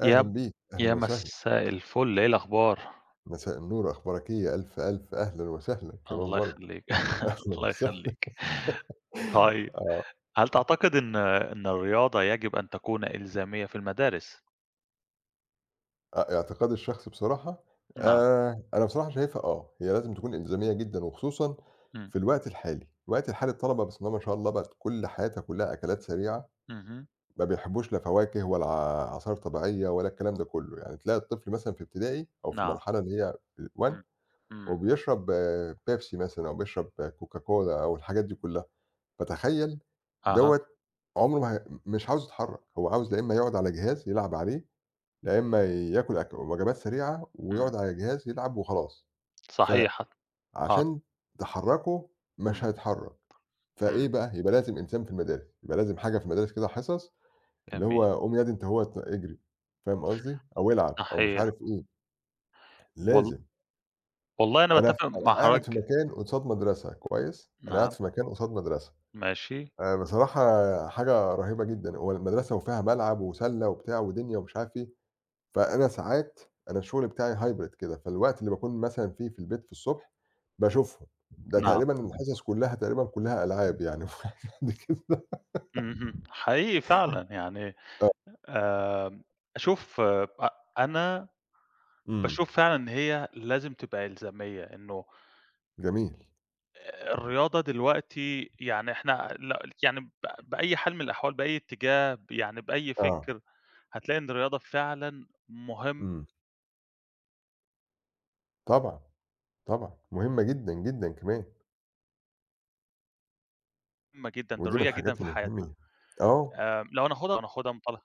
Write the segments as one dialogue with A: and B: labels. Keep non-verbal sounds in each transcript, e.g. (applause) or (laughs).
A: أهلًا
B: يا
A: بيك، أهلًا
B: يا
A: وسهلًا،
B: مساء الفل، إيه الأخبار؟
A: مساء النور، أخبارك إيه؟ ألف، ألف أهلًا وسهلًا كمان
B: الله
A: مرّة،
B: يخلّيك،
A: أهلًا
B: (laughs) الله
A: وسهلًا.
B: يخلّيك.
A: (laughs)
B: طيب،
A: آه،
B: هل تعتقد إن الرياضة يجب أن تكون إلزامية في المدارس؟
A: اعتقادي الشخصي بصراحة
B: نعم.
A: أنا بصراحة شايفها آه، هي لازم تكون إلزامية جدًا وخصوصًا
B: إمم.
A: في الوقت الحالي، الوقت الحالي الطلبة بسم الله ما شاء الله بقت كل حياتها كلها أكلات سريعة،
B: اهم.
A: ما بيحبوش لا فواكه ولا عصاير طبيعية ولا الكلام ده كله، يعني تلاقي الطفل مثلًا في ابتدائي أو في
B: نعم.
A: المرحلة اللي هي الone
B: إمم. إمم.
A: وبيشرب آه، بيبسي مثلًا أو بيشرب آه، كوكاكولا أو الحاجات دي كلها. فتخيّل
B: أها.
A: دوّة عمره ما هي مش عاوز يتحرّك، هو عاوز لا إمّا يقعد على جهاز يلعب عليه، لا إمّا ياكل وجبات سريعة
B: إمم.
A: ويقعد على جهاز يلعب وخلاص،
B: صحيح. آه.
A: فعشان تحرّكه
B: إمم.
A: مش هيتحرّك، فإيه
B: إمم.
A: بقى، يبقى لازم إلزام في المدارس، يبقى لازم حاجة في المدارس كده حصص اللي
B: جميل.
A: هو قُم يا دي أنت أهوّة اجري، فاهم قصدي، أو العب أو مش
B: صحيح.
A: عارف إيه،
B: وال
A: لازم.
B: والله أنا
A: أنا ف
B: باتفق مع
A: أنا قاعد في
B: حضرتك.
A: مكان قصاد مدرسة كويس، أنا قاعد
B: نعم.
A: في مكان قصاد مدرسة.
B: ماشي.
A: بصراحة حاجة رهيبة جدًا، هو المدرسة وفيها ملعب وسَلّة وبتاع ودنيا ومش عارف إيه، فأنا ساعات أنا الشغل بتاعي hybrid كده، فالوقت اللي باكون مثلًا فيه في البيت في الصبح باشوفهم، ده
B: نعم.
A: تقريبًا الحصص كلّها تقريبًا كلّها ألعاب يعني (laughs) وحاجات كده.
B: اهم. حقيقي فعلًا يعني.
A: آه.
B: آمم، شوف. أ أنا
A: إمم.
B: باشوف فعلًا إن هي لازم تبقى إلزامية، إنه
A: جميل،
B: الرياضة دلوقتي يعني إحنا ل يعني ب بأي حال من الأحوال، بأي اتجاه، ب يعني بأي
A: آه.
B: فكر، هتلاقي إن الرياضة فعلًا مهمة
A: إمم. طبعًا، طبعًا، مهمة جدًا، جدًا كمان،
B: جدًا،
A: ودي من
B: ضرورية جدًا
A: الحاجات
B: في حياتنا.
A: المهمة. آه،
B: لو هناخدها منطلق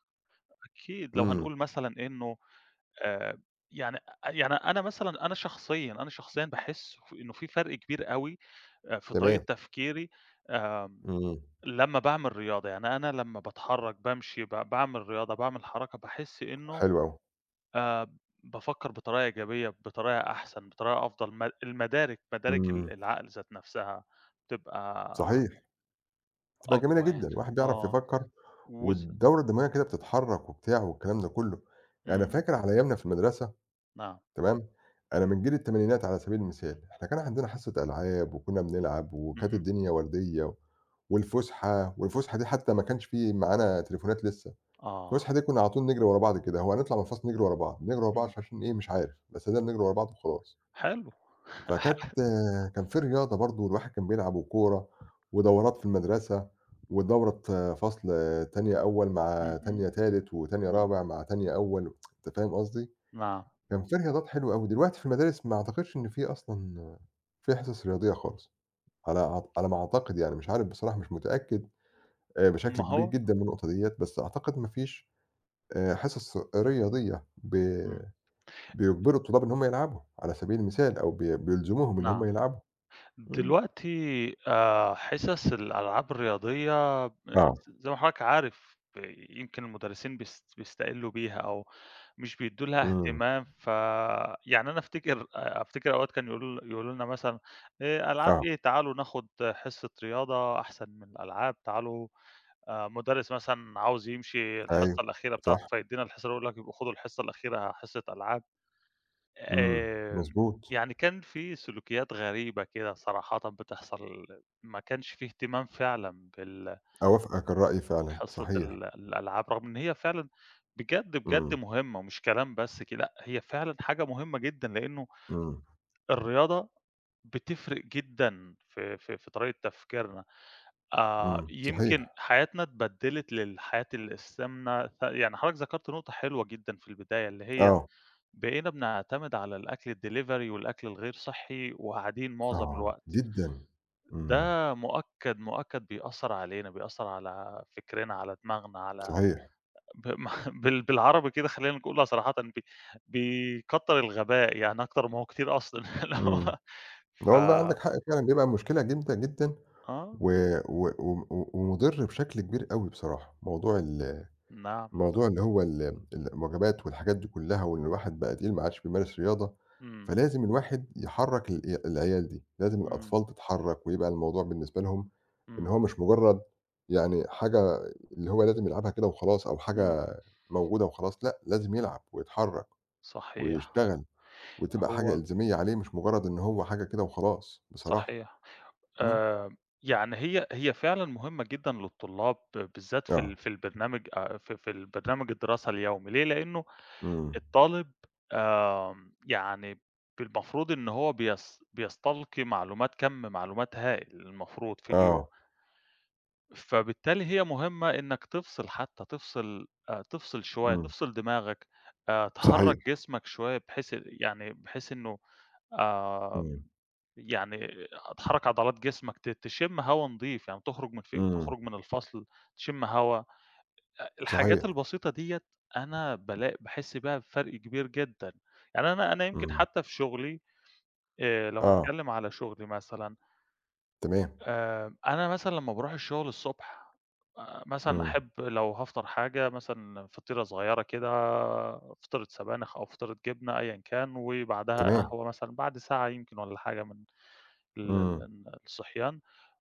B: أكيد، لو
A: إمم،
B: هنقول مثلًا إنه آآ يعني يعني أنا مثلًا أنا شخصيًا باحس ف إنه في فرق كبير أوي في طريقة
A: تمام،
B: تفكيري. آمم
A: إمم،
B: لمّا باعمل رياضة، يعني أنا لمّا باتحرّك، بامشي، باعمل رياضة، باعمل حركة، باحس إنه
A: حلو أوي،
B: آآ بافكّر بطريقة إيجابية، بطريقة أحسن، بطريقة أفضل، م المدارك مدارك
A: إمم،
B: العقل ذات نَفْسها بتبقى
A: صحيح، بتبقى جميلة
B: أقوى يعني.
A: جدًا، الواحد بيعرف
B: آه.
A: يفكّر
B: وز
A: والدورة الدموية كده بتتحرك وبتاع والكلام ده كله. أنا
B: إمم.
A: فاكر على أيامنا في المدرسة
B: نعم.
A: تمام، أنا من جيل التمانينات على سبيل المثال، إحنا كان عندنا حصة ألعاب وكنا بنلعب وكانت
B: اهم.
A: الدنيا وردية والفُسحة، والفُسحة دي حتى ما كانش في معانا تليفونات لسه،
B: آه.
A: الفُسحة دي كنا على طول نجري ورا بعض كده، هو هنطلع من الفصل نجري ورا بعض، نجري ورا بعض
B: اهم.
A: عشان إيه مش عارف، بس ده بنجري ورا بعض وخلاص.
B: حلو. (laughs)
A: فكانت
B: ح
A: كان في رياضة برضه الواحد كان بيلعب وكورة، ودورات في المدرسة، ودورة فصل تانية أول مع
B: اهم.
A: تانية تالت، وتانية
B: نعم.
A: رابع مع تانية أول، أنت فاهم قصدي؟
B: نعم.
A: كان في رياضات حلوة أوي، دلوقتي في المدارس ما أعتقدش إن في أصلًا في حصص رياضية خالص، على ما أعتقد يعني مش عارف بصراحة مش متأكد بشكل
B: ما
A: كبير
B: هو
A: جدًا من النقطة ديّة، بس أعتقد ما فيش حصص رياضية
B: إمم.
A: بيجبروا الطلاب إن هم يلعبوا على سبيل المثال أو بيلزموهم إن هم
B: نعم.
A: يلعبوا. إمم.
B: دلوقتي حِصص الألعاب الرياضية،
A: آه.
B: ز زي ما حضرتك عارف، يمكن المُدرّسين بيستقلّوا بيها أو مش بيدّوا لها
A: إمم،
B: اهتمام، ف يعني أنا أفتكر أوقات كانوا يقولوا لنا مثلًا ألعاب
A: آه،
B: إيه، تعالوا ناخُد حصة رياضة أحسن من الألعاب، تعالوا مُدرِّس مثلًا عاوز يمشي
A: أيوه،
B: الحصة الأخيرة بتاعته،
A: صح،
B: فيدّينا الحصة الأولى، يقول لك يبقوا خدوا الحصة الأخيرة حصة ألعاب.
A: إمم،
B: آمم،
A: مضبوط،
B: يعني كان في سلوكيات غريبة كده صراحةً بتحصل. ما كانش في اهتمام فعلًا
A: أوافقك الرأي فعلًا،
B: حصة
A: صحيح،
B: الألعاب، رغم إن هي فعلًا بجد، بجد
A: إمم،
B: مهمة مش كلام بس كده. لأ، هي فعلًا حاجة مهمة جدًا، لإنه
A: إمم،
B: الرياضة بتفرق جدًا في طريقة تفكيرنا.
A: إمم،
B: يمكن
A: صحيح،
B: حياتنا اتبدلت للحياة السمنة، ف يعني حضرتك ذكرت نقطة حلوة جدًا في البداية، اللي هي
A: آه،
B: بقينا بنعتمد على الأكل الدليفري والأكل الغير صحّي وقاعدين معظم
A: آه،
B: الوقت،
A: جدًا، إمم،
B: ده مؤكد، مؤكد بيأثّر علينا، بيأثّر على فكرنا، على دماغنا، على
A: صحيح،
B: (laughs) ما بال بالعربي كده خلّينا نقولها صراحةً بيكتّر الغباء يعني أكتر ما هو كتير أصلًا (laughs) اللي
A: إمم،
B: هو
A: لا
B: ف.
A: والله عندك حق فعلًا، بيبقى مشكلة جامدة جدًا
B: آه.
A: و و و ومُضِر بشكل كبير أوي بصراحة،
B: نعم.
A: موضوع
B: نعم.
A: اللي هو ال الوجبات والحاجات دي كلّها، وإن الواحد بقى تقيل ما عادش بيمارس رياضة،
B: إمم.
A: فلازم الواحد يحرّك ال العيال دي، لازم
B: إمم.
A: الأطفال تتحرّك ويبقى الموضوع بالنسبة لهم إن
B: إمم.
A: هو مش مجرّد يعني حاجة اللي هو لازم يلعبها كده وخلاص أو
B: إمم.
A: حاجة موجودة وخلاص، لأ، لازم يلعب ويتحرّك
B: صحيح.
A: ويشتغل وتبقى حاجة
B: هو
A: إلزامية عليه مش مجرّد إن هو حاجة كده وخلاص بصراحة.
B: صحيح.
A: إمم.
B: آآ، يعني هي فعلًا مهمة جدًا للطلاب بالذات
A: آه.
B: في البرنامج، في البرنامج الدراسة اليومي، ليه؟ لأنه
A: إمم.
B: الطالب يعني بالمفروض إن هو بيستلقي معلومات، كَم معلومات هائل المفروض في اليوم،
A: آه.
B: فبالتالي هي مهمة إنك تفصل، حتى تفصل تفصل شوية،
A: إمم.
B: تفصل دماغك تحرّك
A: صحيح.
B: جسمك شوية، بحيث يعني بحيث إنه
A: إمم.
B: آمم يعني هتحرّك عضلات جسمك، تشم هوا نضيف، يعني
A: إمم.
B: تخرج من الفصل، تشم هوا. الحاجات
A: صحيح.
B: البسيطة ديّة أنا باحس بيها بفرق كبير جدًا، يعني أنا يمكن
A: إمم.
B: حتى في شغلي، لو
A: آه.
B: هاتكلم على شغلي مثلًا،
A: تمام.
B: أنا مثلًا لمّا باروح الشغل الصبح، مثلًا
A: إمم.
B: أحب لو هافطر حاجة مثلًا فطيرة صغيّرة كده، فطيرة سبانخ أو فطيرة جبنة أيًا كان، وبعدها
A: تمام.
B: قهوة مثلًا بعد ساعة يمكن والّا حاجة من ال ال
A: إمم.
B: ال الصحيان،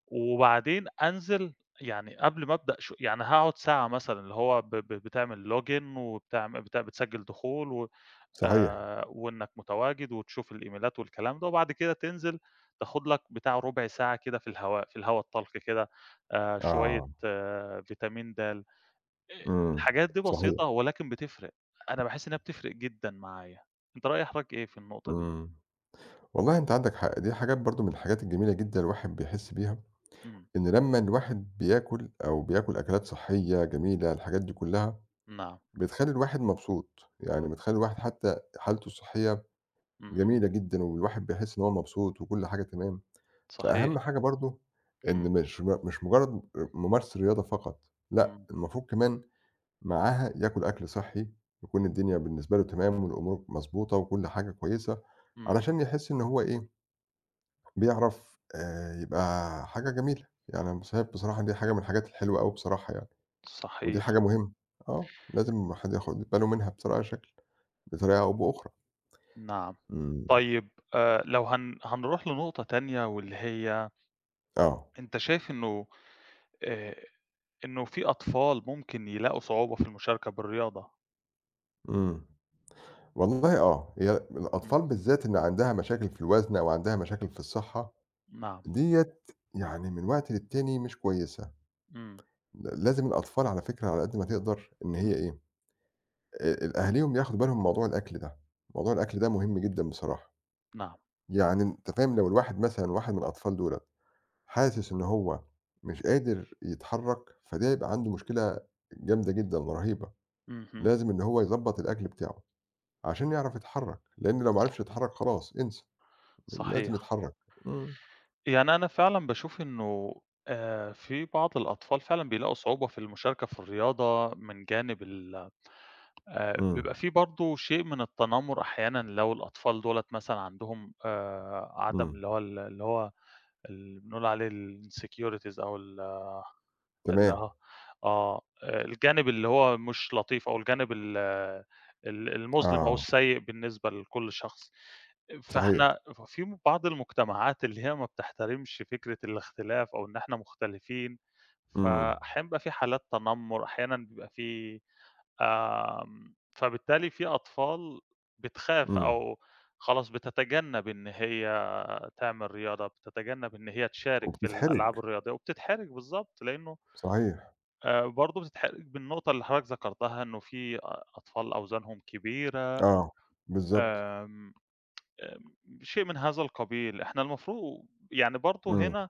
B: وبعدين أنزل. يعني قبل ما أبدأ شو يعني هاقعد ساعة مثلًا اللي هو ب ب بتعمل login وبتعم بت بتسجّل دخول و
A: صحيح.
B: وإنك متواجد وتشوف الإيميلات والكلام ده، وبعد كده تنزل تاخد لك بتاع ربع ساعة كده في الهواء، في الهوا الطلق كده شوية
A: آه.
B: آه فيتامين د،
A: إمم.
B: الحاجات دي
A: صحيح.
B: بسيطة ولكن بتفرق، أنا باحس إنها بتفرق جدًا معايا. أنت، رأي حضرتك إيه في النقطة دي؟
A: إمم. والله أنت عندك حق، دي حاجات برضه من الحاجات الجميلة جدًا الواحد بيحس بيها،
B: إمم.
A: إن لمّا الواحد بياكل أو بياكل أكلات صحية جميلة، الحاجات دي كلّها
B: نعم.
A: بتخلّي الواحد مبسوط، يعني بتخلّي الواحد حتى حالته الصحية
B: اهم.
A: جميلة جدًا، والواحد بيحس إن هو مبسوط وكل حاجة تمام،
B: صحيح.
A: فأهم حاجة برضه
B: إمم.
A: إن مش مجرّد ممارسة رياضة فقط، لأ،
B: إمم.
A: المفروض كمان معاها ياكل أكل صحّي، يكون الدنيا بالنسبة له تمام والأمور مضبوطة وكل حاجة كويسة،
B: إمم.
A: علشان يحس إن هو إيه، بيعرف يبقى حاجة جميلة، يعني أنا شايف بصراحة دي حاجة من الحاجات الحلوة أوي بصراحة يعني، ودي
B: صحيح.
A: حاجة مهمة، آه، لازم الواحد ياخد باله منها بطريقة أو بأخرى،
B: نعم.
A: إمم،
B: طيب، لو هنروح لنقطة تانية، واللي هي
A: آه،
B: أنت شايف إنه آآ إنه في أطفال ممكن يلاقوا صعوبة في المشاركة بالرياضة؟
A: إمم، والله آه، هي
B: إمم.
A: الأطفال بالذات اللي عندها مشاكل في الوزن أو عندها مشاكل في الصحة،
B: نعم.
A: ديّة يعني من وقت للتاني مش كويسة.
B: إمم.
A: لازم الأطفال على فكرة على قد ما تقدر إن هي
B: إمم.
A: إيه، ال أهاليهم ياخدوا بالهم من موضوع الأكل ده، موضوع الأكل ده مهم جدًا بصراحة،
B: نعم.
A: يعني أنت فاهم لو الواحد مثلًا واحد من الأطفال دُولة حاسس إن هو مش قادر يتحرّك، فده هيبقى عنده مشكلة جامدة جدًا ورهيبة،
B: اهم.
A: لازم إن هو يضبّط الأكل بتاعه عشان يعرف يتحرّك، لإن لو ما عرفش
B: صح
A: يتحرّك خلاص انسى، لازم
B: صحيح.
A: يتحرّك. إمم،
B: يعني أنا فعلًا باشوف إنه في بعض الأطفال فعلًا بيلاقوا صعوبة في المشاركة في الرياضة من جانب ال
A: إمم،
B: بيبقى في برضه شيء من التنمر أحيانًا، لو الأطفال دُولة مثلًا عندهم عدم
A: إمم،
B: اللي بنقول عليه الinsecurities أو ال اللي
A: تمام،
B: هو آه، الجانب اللي هو مش لطيف، أو الجانب ال ال المظلم أو
A: آه،
B: السيء بالنسبة لكل شخص.
A: صحيح،
B: فإحنا في بعض المجتمعات اللي هي ما بتحترمش فكرة الاختلاف أو إن إحنا مختلفين،
A: إمم،
B: فأحيانًا بيبقى في حالات تنمر، أحيانًا بيبقى في آمم، فبالتالي في أطفال بتخاف
A: إمم،
B: أو خلاص بتتجنب إن هي تعمل رياضة، بتتجنب إن هي تشارك في
A: وبتتحرج،
B: الألعاب الرياضية وبتتحرج بالضبط، لإنه
A: صحيح.
B: برضه بتتحرج بالنقطة اللي حضرتك ذكرتها إنه في أطفال أوزانهم كبيرة.
A: آه، بالضبط،
B: آمم، آمم، شيء من هذا القبيل. إحنا المفروض يعني برضه
A: إمم،
B: هنا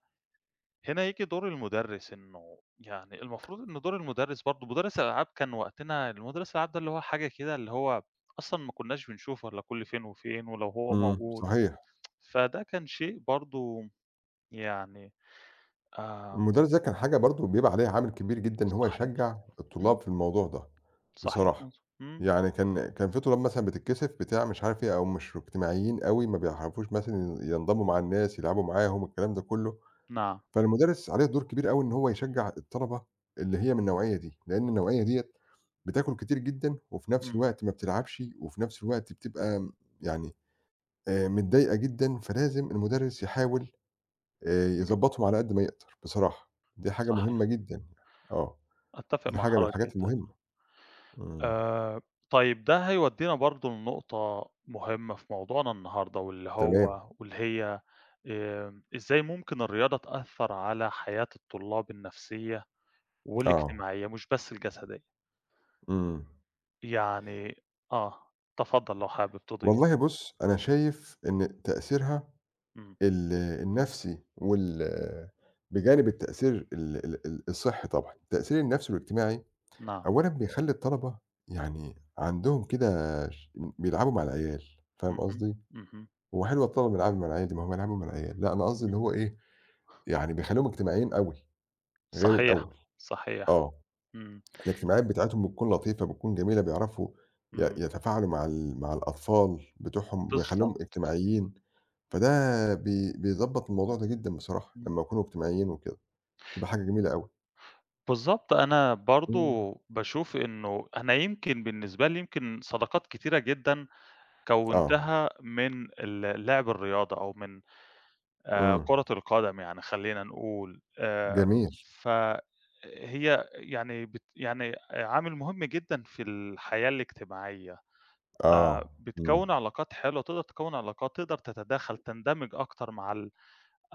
B: هنا ييجي دور المُدرِّس، إنه يعني المفروض إن دور المُدرِّس برضه، مُدرِّس الألعاب كان وقتنا، المُدرِّس الألعاب ده اللي هو حاجة كده، اللي هو أصلًا ما كُناش بنشوفه إلا كل فين وفين، ولو هو
A: إمم،
B: موجود،
A: صحيح.
B: فده كان شيء برضه يعني. آمم
A: المدرس ده كان حاجة برضه بيبقى عليها عامل كبير جدًا إن هو
B: صحيح.
A: يشجّع
B: إمم.
A: الطلاب في الموضوع ده،
B: صحيح.
A: بصراحة.
B: إمم.
A: يعني كان في طلاب مثلًا بتتكسف بتاع مش عارف إيه، أو مش اجتماعيين أوي، ما بيعرفوش مثلًا ينضموا مع الناس، يلعبوا معاهم، الكلام ده كله،
B: نعم.
A: فالمدرس عليه دور كبير أوي إن هو يشجّع الطلبة اللي هي من النوعية دي، لإن النوعية ديّة بتاكل كتير جدًا، وفي نفس
B: إمم.
A: الوقت ما بتلعبش، وفي نفس الوقت بتبقى يعني متضايقة جدًا، فلازم المدرس يحاول
B: إمم.
A: يضبّطهم على قد ما يقدر بصراحة، دي حاجة
B: صحيح.
A: مهمة جدًا يعني، آه،
B: أتّفق
A: دي
B: مع
A: حاجة من
B: حضرتك
A: الحاجات
B: جدًا.
A: المهمة، إمم،
B: آآ، طيب، ده هيودينا برضه لنقطة مهمة في موضوعنا النهارده،
A: تمام،
B: واللي هي إزاي ممكن الرياضة تأثّر على حياة الطلاب النفسية
A: آه،
B: والاجتماعية، مش بس الجسدية؟
A: إمم،
B: يعني. آه، تفضل لو حابب
A: والله
B: تضيف.
A: بُص أنا شايف إن تأثيرها
B: إمم.
A: ال النفسي وال بجانب التأثير ال ال ال الصحّي طبعًا، التأثير النفسي والاجتماعي
B: نعم.
A: أولًا بيخلّي الطلبة يعني عندهم كده بيلعبوا مع العيال، فاهم
B: اهم.
A: قصدي؟
B: اهم.
A: هو حلو الطلبة بيلعبوا مع العيال دي، ما هُم بيلعبوا مع العيال، لأ أنا قصدي
B: اهم.
A: اللي هو إيه، يعني بيخلّيهم اجتماعيين أوي غير
B: صحيح.
A: الأول.
B: صحيح.
A: آه،
B: إمم.
A: الاجتماعات بتاعتهم بتكون لطيفة، بتكون جميلة، بيعرفوا
B: إمم.
A: يتفاعلوا مع الأطفال بتوعهم، ويخلّوهم
B: بالضبط.
A: اجتماعيين، فده بيضبّط الموضوع ده جدًا بصراحة،
B: إمم.
A: لمّا يكونوا اجتماعيين وكده، بتبقى حاجة جميلة أوي.
B: بالضبط. أنا
A: إمم،
B: برضه باشوف إنه، أنا يمكن بالنسبة لي يمكن صداقات كتيرة جدًا
A: آه،
B: كوّنتها من لعب الرياضة أو من
A: إمم،
B: كرة القدم، يعني خلّينا نقول،
A: جميل،
B: فهي يعني يعني عامل مهم جدًا في الحياة الاجتماعية،
A: آه، إمم،
B: بتكوّن علاقات حلوة، تقدر تكوّن علاقات، تقدر تتداخل، تندمج أكتر مع ال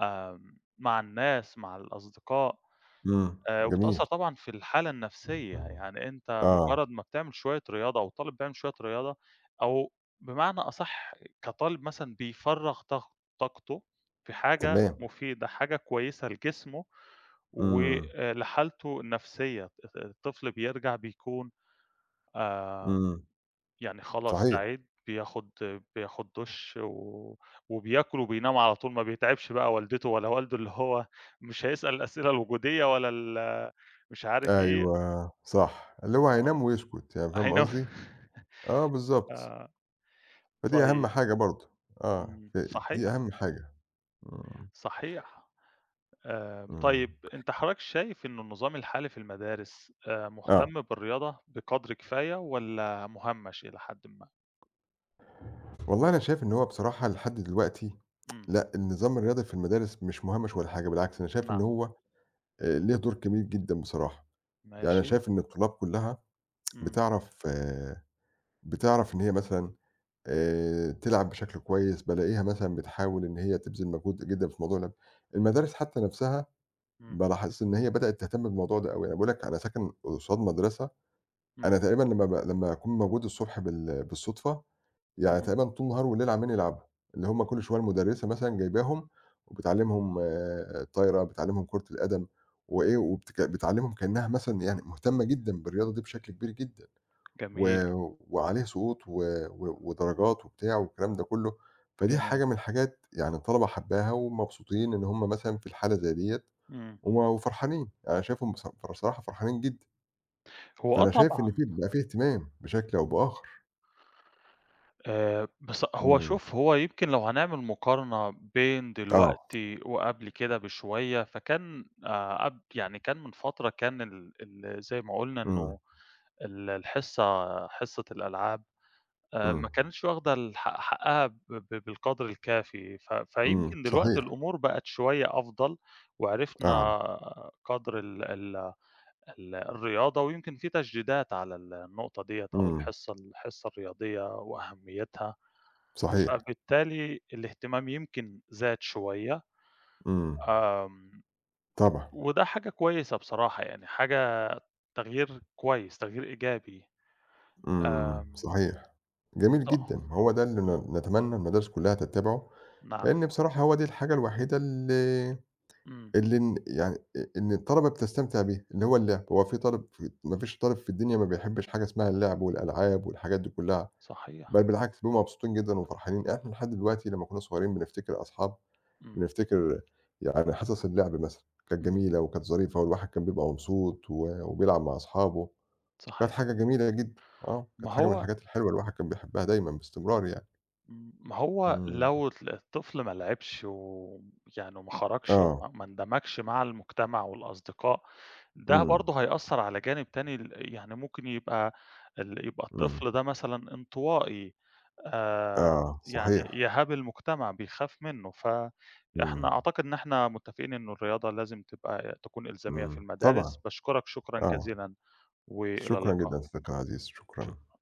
B: آمم مع الناس، مع الأصدقاء.
A: إمم،
B: وبتأثّر
A: جميل،
B: طبعًا في الحالة النفسيّة، يعني أنت
A: آه،
B: مجرّد ما بتعمل شوية رياضة، أو الطالب بيعمل شوية رياضة، أو بمعنى أصح، كطالب مثلًا بيفرّغ طاقته في حاجة
A: تمام،
B: مفيدة، حاجة كويسة لجسمه
A: إمم،
B: وآآ لحالته النفسيّة، الطفل بيرجع بيكون آمم
A: إمم،
B: يعني خلاص
A: صحيح،
B: سعيد، بياخُد دُش وبياكل وبينام على طول، ما بيتعبش بقى والدته ولا والده، اللي هو مش هيسأل الأسئلة الوجودية ولا مش عارف إيه.
A: أيوه، صح، اللي هو
B: آه،
A: هينام ويسكت، يعني فاهم
B: أي نو (laughs)
A: قصدي؟ آه، بالضبط. فدي أهم
B: طيب.
A: حاجة برضه، آه،
B: إمم.
A: دي
B: صحيح.
A: أهم حاجة، إمم،
B: صحيح.
A: إمم،
B: طيب، أنت حضرتك شايف إن النظام الحالي في المدارس
A: آه،
B: مهتم بالرياضة بقدر كفاية والّا مهمّش إلى حدٍ ما؟
A: والله أنا شايف إن هو بصراحة لحد دلوقتي
B: إمم.
A: لأ، النظام الرياضي في المدارس مش مُهمِش ولا حاجة، بالعكس أنا شايف إن
B: نعم.
A: هو ليه دور كبير جدًا بصراحة، يعني أنا
B: ماشي.
A: شايف إن الطلاب كلّها
B: إمم.
A: بتعرف آه، بتعرف إن هي مثلًا تلعب بشكل كويس، بالاقيها مثلًا بتحاول إن هي تبذل مجهود جدًا في موضوع اللعب، المدارس حتى نَفْسها
B: إمم.
A: بالاحظ إن هي بدأت تهتم بالموضوع ده أوي، أنا باقول لك أنا ساكن قصاد مدرسة. أنا
B: إمم.
A: تقريبًا لمّا أكون موجود الصبح بالصُدفة، يعني
B: اهم.
A: تقريبًا طول النهار والليل عمّالين يلعبوا، اللي هم كل شوية المُدرِّسة مثلًا جايباهم وبتعلّمهم آه، طايرة، بتعلّمهم كرة القدم وإيه، بتعلّمهم كإنّها مثلًا يعني مهتمة جدًا بالرياضة دي بشكل كبير جدًا و
B: جميل.
A: وعليها سقوط و و ودرجات وبتاع والكلام ده كُلّه، فدي
B: جميل.
A: حاجة من الحاجات يعني الطلبة حابّاها ومبسوطين إن هم مثلًا في الحالة زي ديّة
B: إمم.
A: وفرحانين، أنا يعني شايفهم بصراحة فرحانين جدًا.
B: آه
A: فأنا شايف إن
B: طبعًا.
A: في بقى في اهتمام بشكل أو
B: إمم.
A: بآخر.
B: بص هو
A: إمم.
B: شوف، هو يمكن لو هنعمل مقارنة بين
A: آه.
B: دلوقتي وقبل كده بشوية، فكان قب يعني كان من فترة، كان ال ال زي ما قُلنا
A: إمم.
B: إنه ال الحصة حصة الألعاب
A: إمم.
B: ما كانتش واخدة الحق حقها ب ب بالقدر الكافي،
A: إمم.
B: فيمكن دلوقتي
A: صحيح.
B: الأمور بقت شوية أفضل،
A: آه.
B: وعرفنا قدر ال ال ال الرياضة، ويمكن في تشديدات على النقطة ديّة، أو
A: إمم.
B: الحصة الرياضية وأهميتها.
A: صحيح.
B: فبالتالي الاهتمام يمكن زاد شوية.
A: إمم.
B: آمم،
A: طبعًا.
B: وده حاجة كويسة بصراحة يعني، حاجة تغيير كويس، تغيير إيجابي.
A: إمم.
B: آمم.
A: صحيح. جميل
B: آه.
A: جدًا. هو ده اللي
B: إمم.
A: نتمنى المدارس كلّها تتّبعه،
B: نعم.
A: لإن بصراحة هو دي الحاجة الوحيدة اللي
B: إمم.
A: اللي ن يعني إن الطلبة بتستمتع بيها، اللي هو اللعب. هو في طالب في ما فيش طالب في الدنيا ما بيحبّش حاجة اسمها اللعب والألعاب والحاجات دي كلّها،
B: صحيح.
A: بل بالعكس بيبقوا مبسوطين
B: إمم.
A: جدًا وفرحانين. إحنا لحد دلوقتي لمّا كُنّا صغيرين بنفتكر أصحاب
B: إمم.
A: نفتكر يعني حصص اللعب مثلًا، كانت
B: إمم.
A: جميلة وكانت ظريفة والواحد كان بيبقى مبسوط وبيلعب مع أصحابه، كانت
B: صحيح.
A: حاجة جميلة جدًا، آه،
B: ما
A: كانت حاجة من
B: هو
A: الحاجات الحلوة الواحد كان بيحبها دايمًا باستمرار يعني.
B: ما هو
A: إمم.
B: لو الطفل ما لعبش ويعني وما خرجش
A: آه،
B: وما ما اندمجش مع المجتمع والأصدقاء، ده
A: إمم،
B: برضه هيأثّر على جانب تاني. ال يعني ممكن يبقى يبقى
A: إمم،
B: الطفل ده مثلًا انطوائي،
A: آه،
B: يعني
A: صحيح،
B: يهاب المجتمع، بيخاف منّه. فإحنا
A: إمم،
B: أعتقد إن إحنا متّفقين إنه الرياضة لازم تبقى تكون إلزامية في
A: إمم، طبعًا،
B: المدارس. باشكرك شكرًا
A: آه،
B: جزيلًا وإلى
A: شكرًا
B: اللقاء.
A: جدًا صديقي العزيز، شكرًا.
B: شك